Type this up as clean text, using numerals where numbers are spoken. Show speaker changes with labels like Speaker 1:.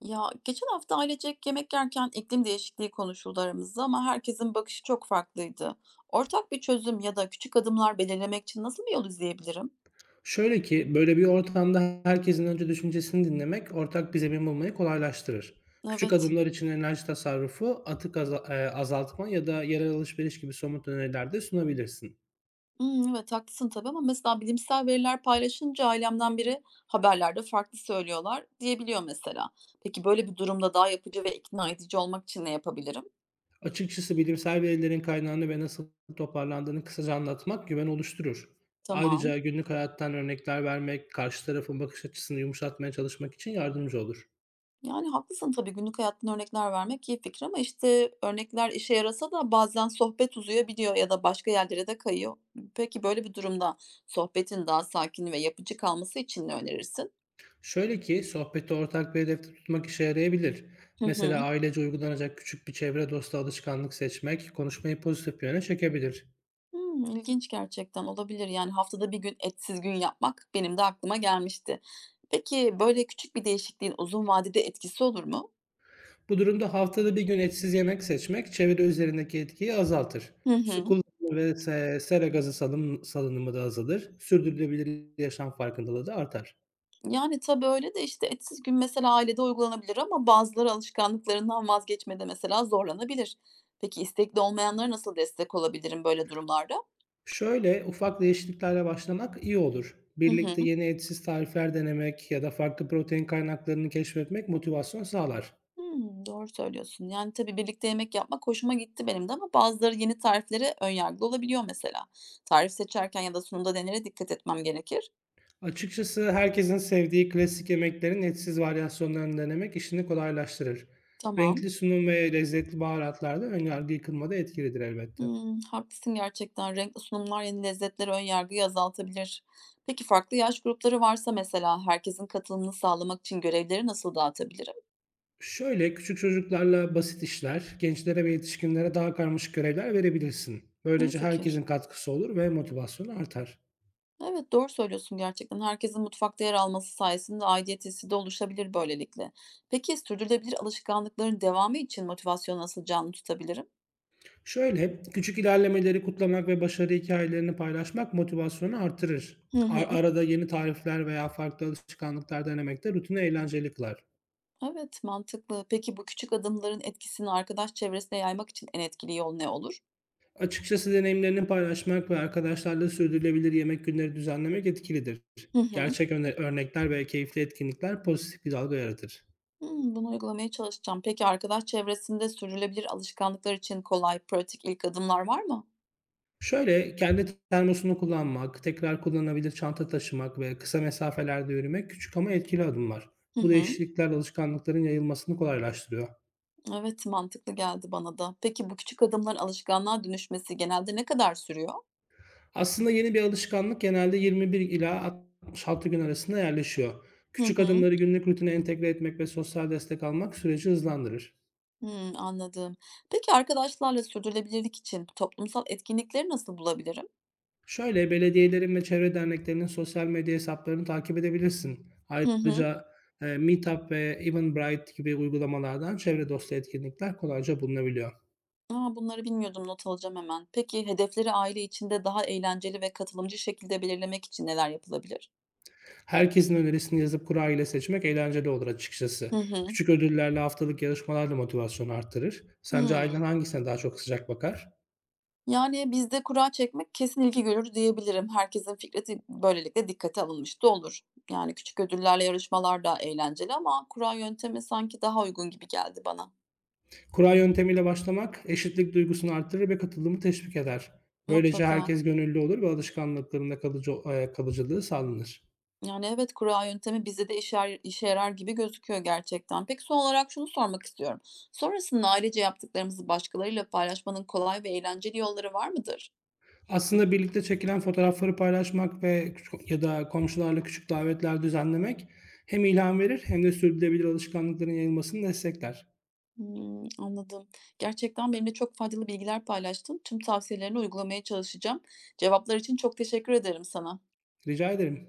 Speaker 1: Ya geçen hafta ailecek yemek yerken iklim değişikliği konuşuldu aramızda ama herkesin bakışı çok farklıydı. Ortak bir çözüm ya da küçük adımlar belirlemek için nasıl bir yol izleyebilirim?
Speaker 2: Şöyle ki, böyle bir ortamda herkesin önce düşüncesini dinlemek, ortak bir zemin bulmayı kolaylaştırır. Küçük
Speaker 1: Evet.
Speaker 2: adımlar için enerji tasarrufu, azaltma ya da yerel alışveriş gibi somut öneriler de sunabilirsin.
Speaker 1: Hmm, evet haklısın tabii ama mesela bilimsel veriler paylaşınca ailemden biri haberlerde farklı söylüyorlar diyebiliyor mesela. Peki böyle bir durumda daha yapıcı ve ikna edici olmak için ne yapabilirim?
Speaker 2: Açıkçası bilimsel verilerin kaynağını ve nasıl toparlandığını kısaca anlatmak güven oluşturur.
Speaker 1: Tamam.
Speaker 2: Ayrıca günlük hayattan örnekler vermek, karşı tarafın bakış açısını yumuşatmaya çalışmak için yardımcı olur.
Speaker 1: Yani, haklısın tabii, günlük hayattan örnekler vermek iyi fikir ama, işte, örnekler işe yarasa da bazen sohbet uzayabiliyor ya da başka yerlere de kayıyor. Peki, böyle bir durumda sohbetin daha sakin ve yapıcı kalması için ne önerirsin?
Speaker 2: Şöyle ki sohbeti ortak bir hedefte tutmak işe yarayabilir.
Speaker 1: Hı
Speaker 2: Mesela
Speaker 1: hı.
Speaker 2: ailece uygulanacak küçük bir çevre dostu alışkanlık seçmek konuşmayı pozitif yöne çekebilir.
Speaker 1: Hımm, ilginç gerçekten, olabilir. Yani, haftada bir gün etsiz gün yapmak benim de aklıma gelmişti. Peki, böyle küçük bir değişikliğin uzun vadede etkisi olur mu?
Speaker 2: Bu durumda haftada bir gün etsiz yemek seçmek çevre üzerindeki etkiyi azaltır.
Speaker 1: Hı
Speaker 2: Su
Speaker 1: hı.
Speaker 2: kullanımı ve sera gazı salınımı da azalır. Sürdürülebilir yaşam farkındalığı da artar.
Speaker 1: Yani, tabii öyle de, işte, etsiz gün mesela ailede uygulanabilir ama bazıları alışkanlıklarından vazgeçmede mesela zorlanabilir. Peki istekli olmayanlara nasıl destek olabilirim böyle durumlarda?
Speaker 2: Şöyle ufak değişikliklerle başlamak iyi olur.
Speaker 1: Hı
Speaker 2: Birlikte
Speaker 1: hı.
Speaker 2: yeni etsiz tarifler denemek ya da farklı protein kaynaklarını keşfetmek motivasyon sağlar.
Speaker 1: Hımm, doğru söylüyorsun. Yani, tabii birlikte yemek yapmak hoşuma gitti benim de ama bazıları yeni tariflere ön yargılı olabiliyor mesela. Tarif seçerken ya da sunumda nelere dikkat etmem gerekir?
Speaker 2: Açıkçası herkesin sevdiği klasik yemeklerin etsiz varyasyonlarını denemek işini kolaylaştırır.
Speaker 1: Tamam.
Speaker 2: Renkli sunum ve lezzetli baharatlar da önyargı yıkılmada etkilidir elbette.
Speaker 1: Hımm, haklısın gerçekten. Renkli sunumlar yeni lezzetleri ön yargıyı azaltabilir. Peki farklı yaş grupları varsa mesela herkesin katılımını sağlamak için görevleri nasıl dağıtabilirim?
Speaker 2: Şöyle küçük çocuklarla basit işler, gençlere ve yetişkinlere daha karmaşık görevler verebilirsin.
Speaker 1: İyi
Speaker 2: Böylece
Speaker 1: fikir.
Speaker 2: herkesin katkısı olur ve motivasyonu artar.
Speaker 1: Evet, doğru söylüyorsun gerçekten. Herkesin mutfakta yer alması sayesinde aidiyet hissi de oluşabilir böylelikle. Peki sürdürülebilir alışkanlıkların devamı için motivasyonu nasıl canlı tutabilirim?
Speaker 2: Şöyle küçük ilerlemeleri kutlamak ve başarı hikayelerini paylaşmak motivasyonu artırır.
Speaker 1: Hı hı.
Speaker 2: Arada yeni tarifler veya farklı alışkanlıklar denemek de rutini eğlenceli kılar.
Speaker 1: Evet, mantıklı. Peki bu küçük adımların etkisini arkadaş çevresine yaymak için en etkili yol ne olur?
Speaker 2: Açıkçası deneyimlerini paylaşmak ve arkadaşlarla sürdürülebilir yemek günleri düzenlemek etkilidir.
Speaker 1: Hı hı.
Speaker 2: Gerçek örnekler ve keyifli etkinlikler pozitif bir dalga yaratır.
Speaker 1: Hımm, bunu uygulamaya çalışacağım. Peki arkadaş çevresinde sürdürülebilir alışkanlıklar için kolay, pratik ilk adımlar var mı?
Speaker 2: Şöyle kendi termosunu kullanmak, tekrar kullanılabilir çanta taşımak ve kısa mesafelerde yürümek küçük ama etkili adımlar.
Speaker 1: Hı
Speaker 2: Bu
Speaker 1: hı.
Speaker 2: değişiklikler alışkanlıkların yayılmasını kolaylaştırıyor.
Speaker 1: Evet, mantıklı geldi bana da. Peki bu küçük adımların alışkanlığa dönüşmesi genelde ne kadar sürüyor?
Speaker 2: Aslında yeni bir alışkanlık genelde 21 ila 66 gün arasında yerleşiyor.
Speaker 1: Hı
Speaker 2: Küçük
Speaker 1: hı.
Speaker 2: adımları günlük rutine entegre etmek ve sosyal destek almak süreci hızlandırır.
Speaker 1: Hımm, anladım. Peki arkadaşlarla sürdürülebilirlik için toplumsal etkinlikleri nasıl bulabilirim?
Speaker 2: Şöyle belediyelerin ve çevre derneklerinin sosyal medya hesaplarını takip edebilirsin.
Speaker 1: Hı hı.
Speaker 2: Ayrıca Meetup ve Eventbrite gibi uygulamalardan çevre dostu etkinlikler kolayca bulunabiliyor.
Speaker 1: A, bunları bilmiyordum, not alacağım hemen. Peki hedefleri aile içinde daha eğlenceli ve katılımcı şekilde belirlemek için neler yapılabilir?
Speaker 2: Herkesin önerisini yazıp kura ile seçmek eğlenceli olur açıkçası.
Speaker 1: Hı hı.
Speaker 2: Küçük ödüllerle haftalık yarışmalar da motivasyonu arttırır. Sence ailen
Speaker 1: Hımm.
Speaker 2: hangisine daha çok sıcak bakar?
Speaker 1: Yani, bizde kura çekmek kesin ilgi görür diyebilirim. Herkesin fikri böylelikle dikkate alınmış da olur. Yani, küçük ödüllerle yarışmalar da eğlenceli ama kura yöntemi sanki daha uygun gibi geldi bana.
Speaker 2: Kura yöntemiyle başlamak eşitlik duygusunu arttırır ve katılımı teşvik eder. Böylece
Speaker 1: Mutlaka.
Speaker 2: herkes gönüllü olur ve alışkanlıklarında kalıcılığı sağlanır.
Speaker 1: Yani, evet, kura yöntemi bizde de işe yarar gibi gözüküyor gerçekten. Peki, son olarak şunu sormak istiyorum. Sonrasında ailece yaptıklarımızı başkalarıyla paylaşmanın kolay ve eğlenceli yolları var mıdır?
Speaker 2: Aslında birlikte çekilen fotoğrafları paylaşmak ve ya da komşularla küçük davetler düzenlemek hem ilham verir hem de sürdürülebilir alışkanlıkların yayılmasını destekler.
Speaker 1: Hımm, anladım. Gerçekten benimle çok faydalı bilgiler paylaştın. Tüm tavsiyelerini uygulamaya çalışacağım. Cevaplar için çok teşekkür ederim sana.
Speaker 2: Rica ederim.